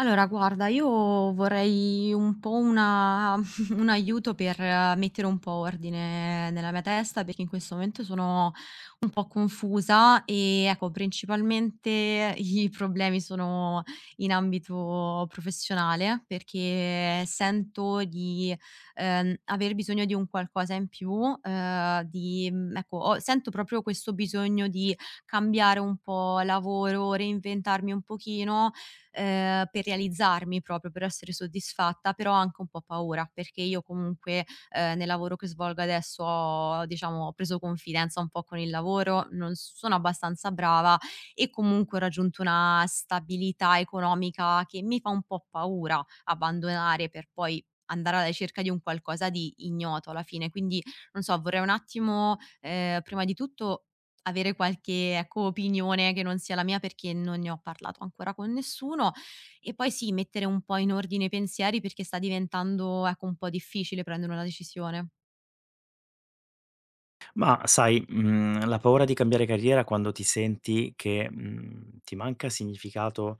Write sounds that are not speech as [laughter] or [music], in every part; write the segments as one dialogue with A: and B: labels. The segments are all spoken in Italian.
A: Allora guarda, io vorrei un po' una [laughs] un aiuto per mettere un po' ordine nella mia testa, perché in questo momento sono un po' confusa e ecco, principalmente [laughs] i problemi sono in ambito professionale, perché sento di, aver bisogno di un qualcosa in più, ecco, ho sento proprio questo bisogno di cambiare un po' lavoro, reinventarmi un pochino, per realizzarmi proprio, per essere soddisfatta, però ho anche un po' paura, perché io comunque, nel lavoro che svolgo adesso ho diciamo ho preso confidenza un po' con il lavoro, non sono abbastanza brava e comunque ho raggiunto una stabilità economica che mi fa un po' paura abbandonare per poi andare alla ricerca di un qualcosa di ignoto alla fine. Quindi, non so, vorrei un attimo, prima di tutto avere qualche, ecco, opinione che non sia la mia perché non ne ho parlato ancora con nessuno. E poi sì, mettere un po' in ordine i pensieri perché sta diventando, ecco, un po' difficile prendere una decisione.
B: Ma sai, la paura di cambiare carriera quando ti senti che, ti manca significato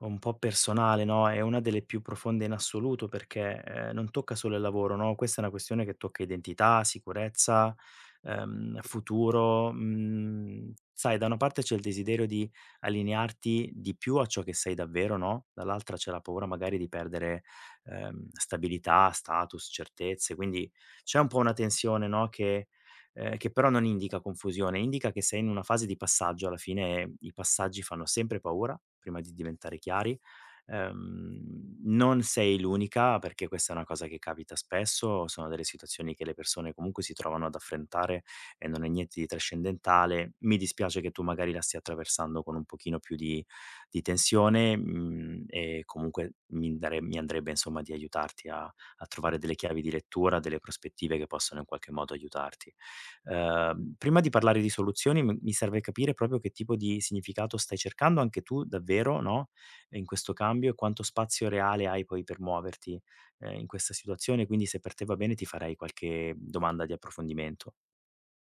B: un po' personale, no, è una delle più profonde in assoluto perché, non tocca solo il lavoro, no, questa è una questione che tocca identità, sicurezza, futuro. Mhmm, sai, da una parte c'è il desiderio di allinearti di più a ciò che sei davvero, no, dall'altra c'è la paura magari di perdere, stabilità, status, certezze, quindi c'è un po' una tensione, no, che però non indica confusione, indica che sei in una fase di passaggio, alla fine i passaggi fanno sempre paura, prima di diventare chiari. Non sei l'unica, perché questa è una cosa che capita spesso, sono delle situazioni che le persone comunque si trovano ad affrontare e non è niente di trascendentale. Mi dispiace che tu magari la stia attraversando con un pochino più di tensione, e comunque mi andrebbe insomma di aiutarti a trovare delle chiavi di lettura, delle prospettive che possono in qualche modo aiutarti. Prima di parlare di soluzioni m mi serve capire proprio che tipo di significato stai cercando anche tu davvero, no, in questo cambio e quanto spazio reale hai poi per muoverti, in questa situazione. Quindi se per te va bene ti farei qualche domanda di approfondimento.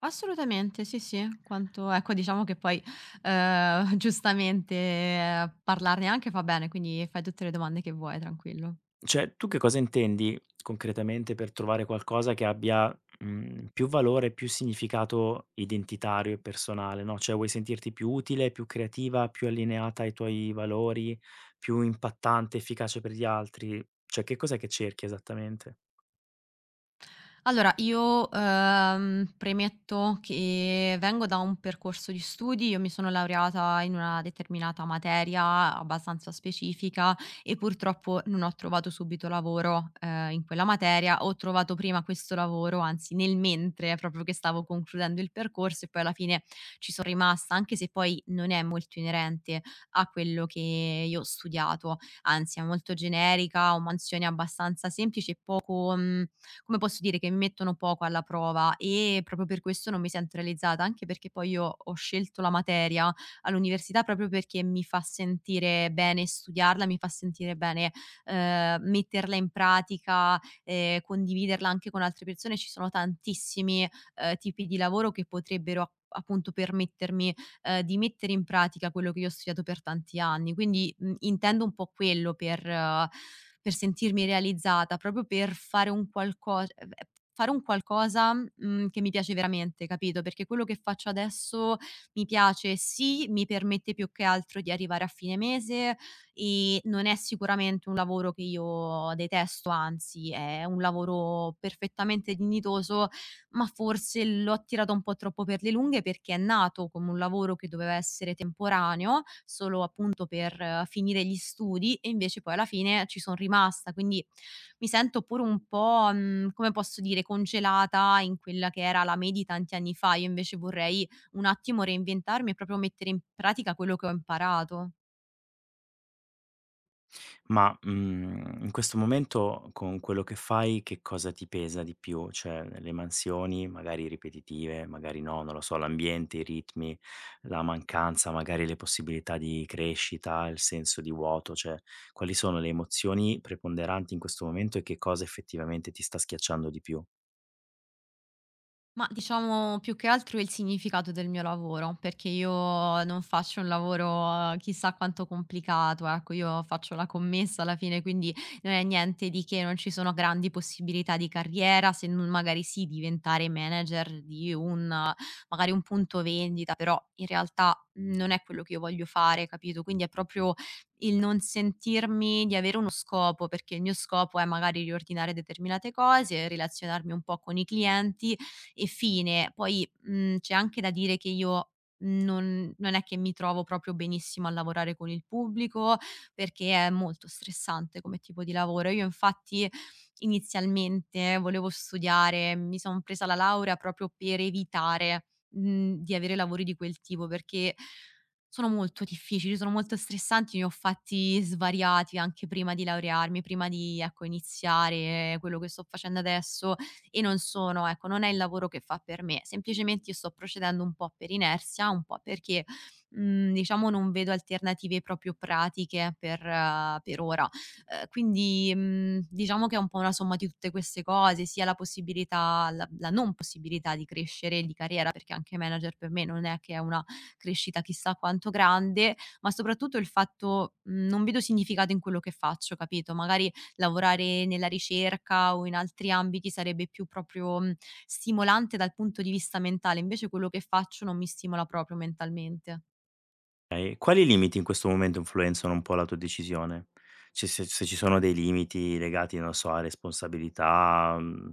A: Assolutamente, sì, sì, quanto ecco diciamo che poi, [laughs] giustamente, parlarne anche fa bene, quindi fai tutte le domande che vuoi, tranquillo.
B: Cioè, tu che cosa intendi concretamente per trovare qualcosa che abbia, più valore, più significato identitario e personale, no, cioè vuoi sentirti più utile, più creativa, più allineata ai tuoi valori, più impattante, efficace per gli altri? Cioè, che cos'è che cerchi esattamente?
A: Allora, io, premetto che vengo da un percorso di studi, io mi sono laureata in una determinata materia abbastanza specifica e purtroppo non ho trovato subito lavoro, in quella materia, ho trovato prima questo lavoro, anzi nel mentre proprio che stavo concludendo il percorso e poi alla fine ci sono rimasta, anche se poi non è molto inerente a quello che io ho studiato, anzi è molto generica, ho mansioni abbastanza semplici e poco, mhmm come posso dire, che mi mettono poco alla prova e proprio per questo non mi sento realizzata, anche perché poi io ho scelto la materia all'università proprio perché mi fa sentire bene studiarla, mi fa sentire bene, metterla in pratica, condividerla anche con altre persone. Ci sono tantissimi, tipi di lavoro che potrebbero a appunto permettermi di mettere in pratica quello che io ho studiato per tanti anni. Quindi, intendo un po' quello per sentirmi realizzata, proprio per fare un qualco fare un qualcosa, che mi piace veramente, capito? Perché quello che faccio adesso mi piace, sì, mi permette più che altro di arrivare a fine mese e non è sicuramente un lavoro che io detesto, anzi è un lavoro perfettamente dignitoso ma forse l'ho attirato un po' troppo per le lunghe perché è nato come un lavoro che doveva essere temporaneo, solo appunto per finire gli studi e invece poi alla fine ci son rimasta, quindi mi sento pure un po', come posso dire, congelata in quella che era la me di tanti anni fa. Io invece vorrei un attimo reinventarmi e proprio mettere in pratica quello che ho imparato.
B: Ma, in questo momento con quello che fai che cosa ti pesa di più? Cioè le mansioni magari ripetitive, magari no, non lo so, l'ambiente, i ritmi, la mancanza, magari le possibilità di crescita, il senso di vuoto, cioè quali sono le emozioni preponderanti in questo momento e che cosa effettivamente ti sta schiacciando di più?
A: Ma diciamo più che altro il significato del mio lavoro, perché io non faccio un lavoro chissà quanto complicato, ecco, io faccio la commessa alla fine, quindi non è niente di che, non ci sono grandi possibilità di carriera, se non magari sì diventare manager di un magari un punto vendita, però in realtà non è quello che io voglio fare, capito? Quindi è proprio il non sentirmi di avere uno scopo, perché il mio scopo è magari riordinare determinate cose, relazionarmi un po' con i clienti e fine. Poi, c'è anche da dire che io non è che mi trovo proprio benissimo a lavorare con il pubblico, perché è molto stressante come tipo di lavoro. Io infatti inizialmente volevo studiare, mi son presa la laurea proprio per evitare, di avere lavori di quel tipo, perché sono molto difficili, sono molto stressanti, ne ho fatti svariati anche prima di laurearmi, prima di, ecco, iniziare quello che sto facendo adesso e non sono ecco, non è il lavoro che fa per me. Semplicemente io sto procedendo un po' per inerzia, un po' perché, diciamo non vedo alternative proprio pratiche per ora. Quindi, diciamo che è un po' una somma di tutte queste cose, sia la possibilità la non possibilità di crescere di carriera, perché anche manager per me non è che è una crescita chissà quanto grande, ma soprattutto il fatto, non vedo significato in quello che faccio, capito? Magari lavorare nella ricerca o in altri ambiti sarebbe più proprio, stimolante dal punto di vista mentale, invece quello che faccio non mi stimola proprio mentalmente.
B: Okay, quali limiti in questo momento influenzano un po' la tua decisione? Cioè se ci sono dei limiti legati, non so, a responsabilità,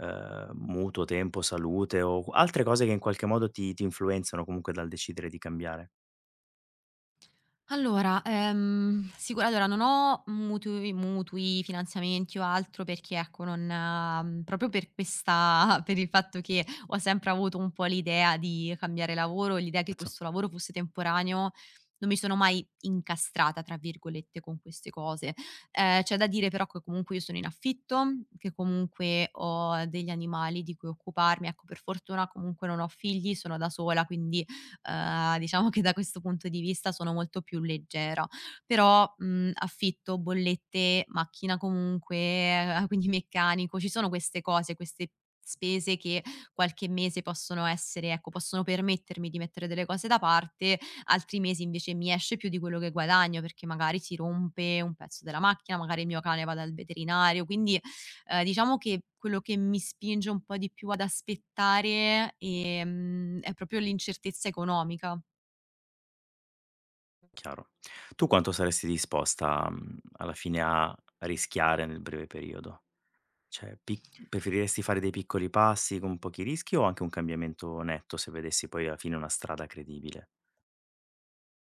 B: mutuo, tempo, salute o altre cose che in qualche modo ti influenzano comunque dal decidere di cambiare.
A: Allora, sicura allora non ho mutui, finanziamenti o altro perché ecco non mhmm, proprio per questa [laughs] per il fatto che ho sempre avuto un po' l'idea di cambiare lavoro, l'idea che
B: Certo,
A: questo lavoro fosse temporaneo, non mi sono mai "incastrata" tra virgolette con queste cose. C'è da dire però che comunque io sono in affitto, che comunque ho degli animali di cui occuparmi, ecco per fortuna comunque non ho figli, sono da sola, quindi diciamo che da questo punto di vista sono molto più leggera. Però, affitto, bollette, macchina comunque, quindi meccanico, ci sono queste cose, queste spese che qualche mese possono essere ecco, possono permettermi di mettere delle cose da parte, altri mesi invece mi esce più di quello che guadagno, perché magari si rompe un pezzo della macchina, magari il mio cane va dal veterinario, quindi diciamo che quello che mi spinge un po' di più ad aspettare, è proprio l'incertezza economica.
B: chiaro. Tu quanto saresti disposta, alla fine a rischiare nel breve periodo? Cioè pic Preferiresti fare dei piccoli passi con pochi rischi o anche un cambiamento netto se vedessi poi alla fine una strada credibile?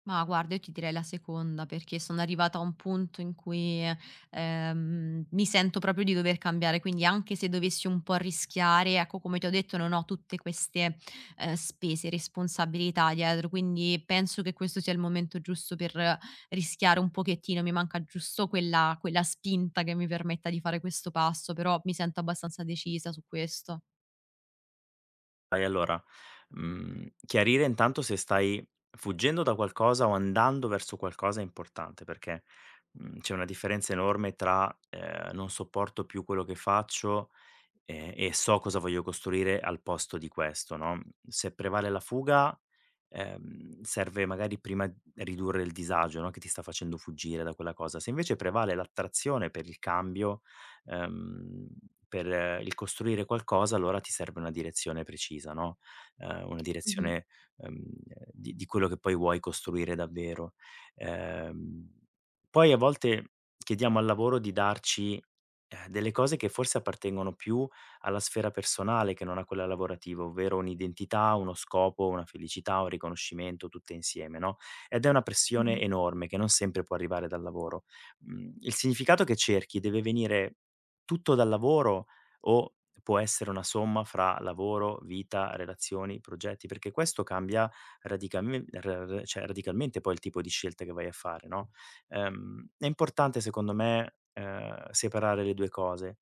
A: Ma guarda, io ti direi la seconda, perché sono arrivata a un punto in cui, mi sento proprio di dover cambiare, quindi anche se dovessi un po' rischiare, ecco, come ti ho detto, non ho tutte queste, spese, responsabilità dietro, quindi penso che questo sia il momento giusto per rischiare un pochettino. Mi manca giusto quella spinta che mi permetta di fare questo passo, però mi sento abbastanza decisa su questo.
B: Dai allora, chiarire intanto se stai fuggendo da qualcosa o andando verso qualcosa è importante, perché, c'è una differenza enorme tra, "Non sopporto più quello che faccio." E so cosa voglio costruire al posto di questo, no, se prevale la fuga, serve magari prima ridurre il disagio, no, che ti sta facendo fuggire da quella cosa. Se invece prevale l'attrazione per il cambio, ehm, per il costruire qualcosa, allora ti serve una direzione precisa, no, una
A: Mh-mh,
B: direzione, ehm, di quello che poi vuoi costruire davvero. Ehm, Poi a volte chiediamo al lavoro di darci, delle cose che forse appartengono più alla sfera personale che non a quella lavorativa, ovvero un'identità, uno scopo, una felicità, un riconoscimento tutte insieme, no? Ed è una pressione
A: mh-mh,
B: enorme che non sempre può arrivare dal lavoro. Il significato che cerchi deve venire tutto dal lavoro o può essere una somma fra lavoro, vita, relazioni, progetti? Perché questo cambia radicalme ra ra cioè radicalmente poi il tipo di scelta che vai a fare, no? È importante secondo me, separare le 2 cose.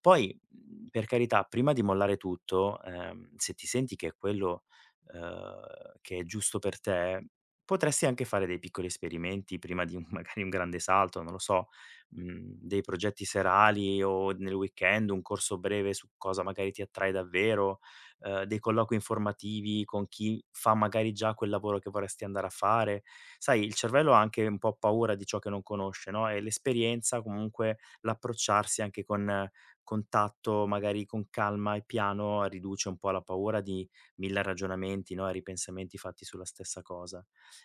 B: Poi per carità, prima di mollare tutto, se ti senti che è quello, che è giusto per te, potresti anche fare dei piccoli esperimenti prima di un [laughs] magari un grande salto, non lo so, dei progetti serali o nel weekend, un corso breve su cosa magari ti attrae davvero, dei colloqui informativi con chi fa magari già quel lavoro che vorresti andare a fare. Sai, il cervello ha anche un po' paura di ciò che non conosce, no, e l'esperienza comunque l'approcciarsi anche con contatto magari con calma e piano riduce un po' la paura di 1000 ragionamenti, no, e ripensamenti fatti sulla stessa cosa.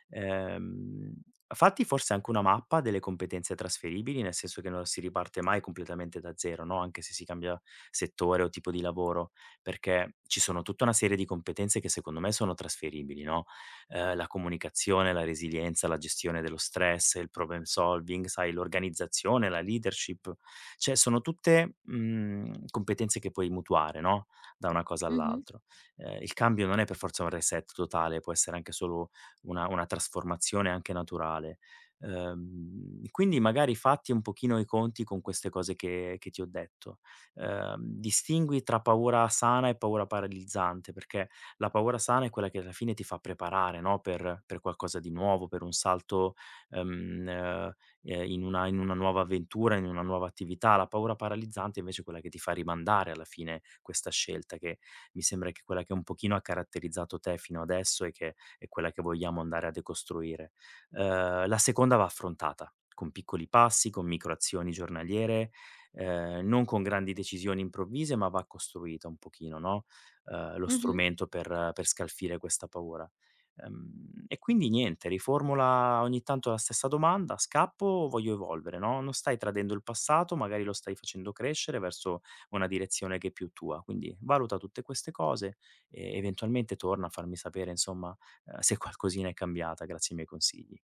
B: Ehm, Fatti forse anche una mappa delle competenze trasferibili, nel senso che non si riparte mai completamente da zero, no, anche se si cambia settore o tipo di lavoro, perché ci sono tutta una serie di competenze che secondo me sono trasferibili, no, la comunicazione, la resilienza, la gestione dello stress, il problem solving, sai, l'organizzazione, la leadership. Cioè sono tutte, competenze che puoi mutuare, no, da una cosa
A: mh-mh,
B: all'altro. Il cambio non è per forza un reset totale, può essere anche solo una trasformazione anche naturale. Quindi magari fatti un pochino i conti con queste cose che ti ho detto. Distingui tra paura sana e paura paralizzante, perché la paura sana è quella che alla fine ti fa preparare, no, per qualcosa di nuovo, per un salto, ehm in una nuova avventura, in una nuova attività. La paura paralizzante invece è quella che ti fa rimandare alla fine questa scelta, che mi sembra che è quella che un pochino ha caratterizzato te fino adesso e che è quella che vogliamo andare a decostruire. La seconda va affrontata con piccoli passi, con micro azioni giornaliere, non con grandi decisioni improvvise, ma va costruita un pochino, no, lo
A: mh-mh.
B: strumento per scalfire questa paura. E quindi niente, riformula ogni tanto la stessa domanda: "Scappo o voglio evolvere?" No, non stai tradendo il passato, magari lo stai facendo crescere verso una direzione che è più tua. Quindi valuta tutte queste cose e eventualmente torna a farmi sapere, insomma, se qualcosina è cambiata grazie ai miei consigli.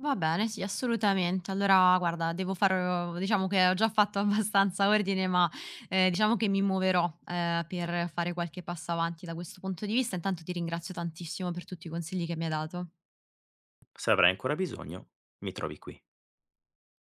A: Va bene, sì, assolutamente. Allora, guarda, devo far diciamo che ho già fatto [laughs] abbastanza ordine, ma, diciamo che mi muoverò, per fare qualche passo avanti da questo punto di vista. Intanto ti ringrazio tantissimo per tutti i consigli che mi hai dato.
B: Se avrai ancora bisogno, mi trovi qui.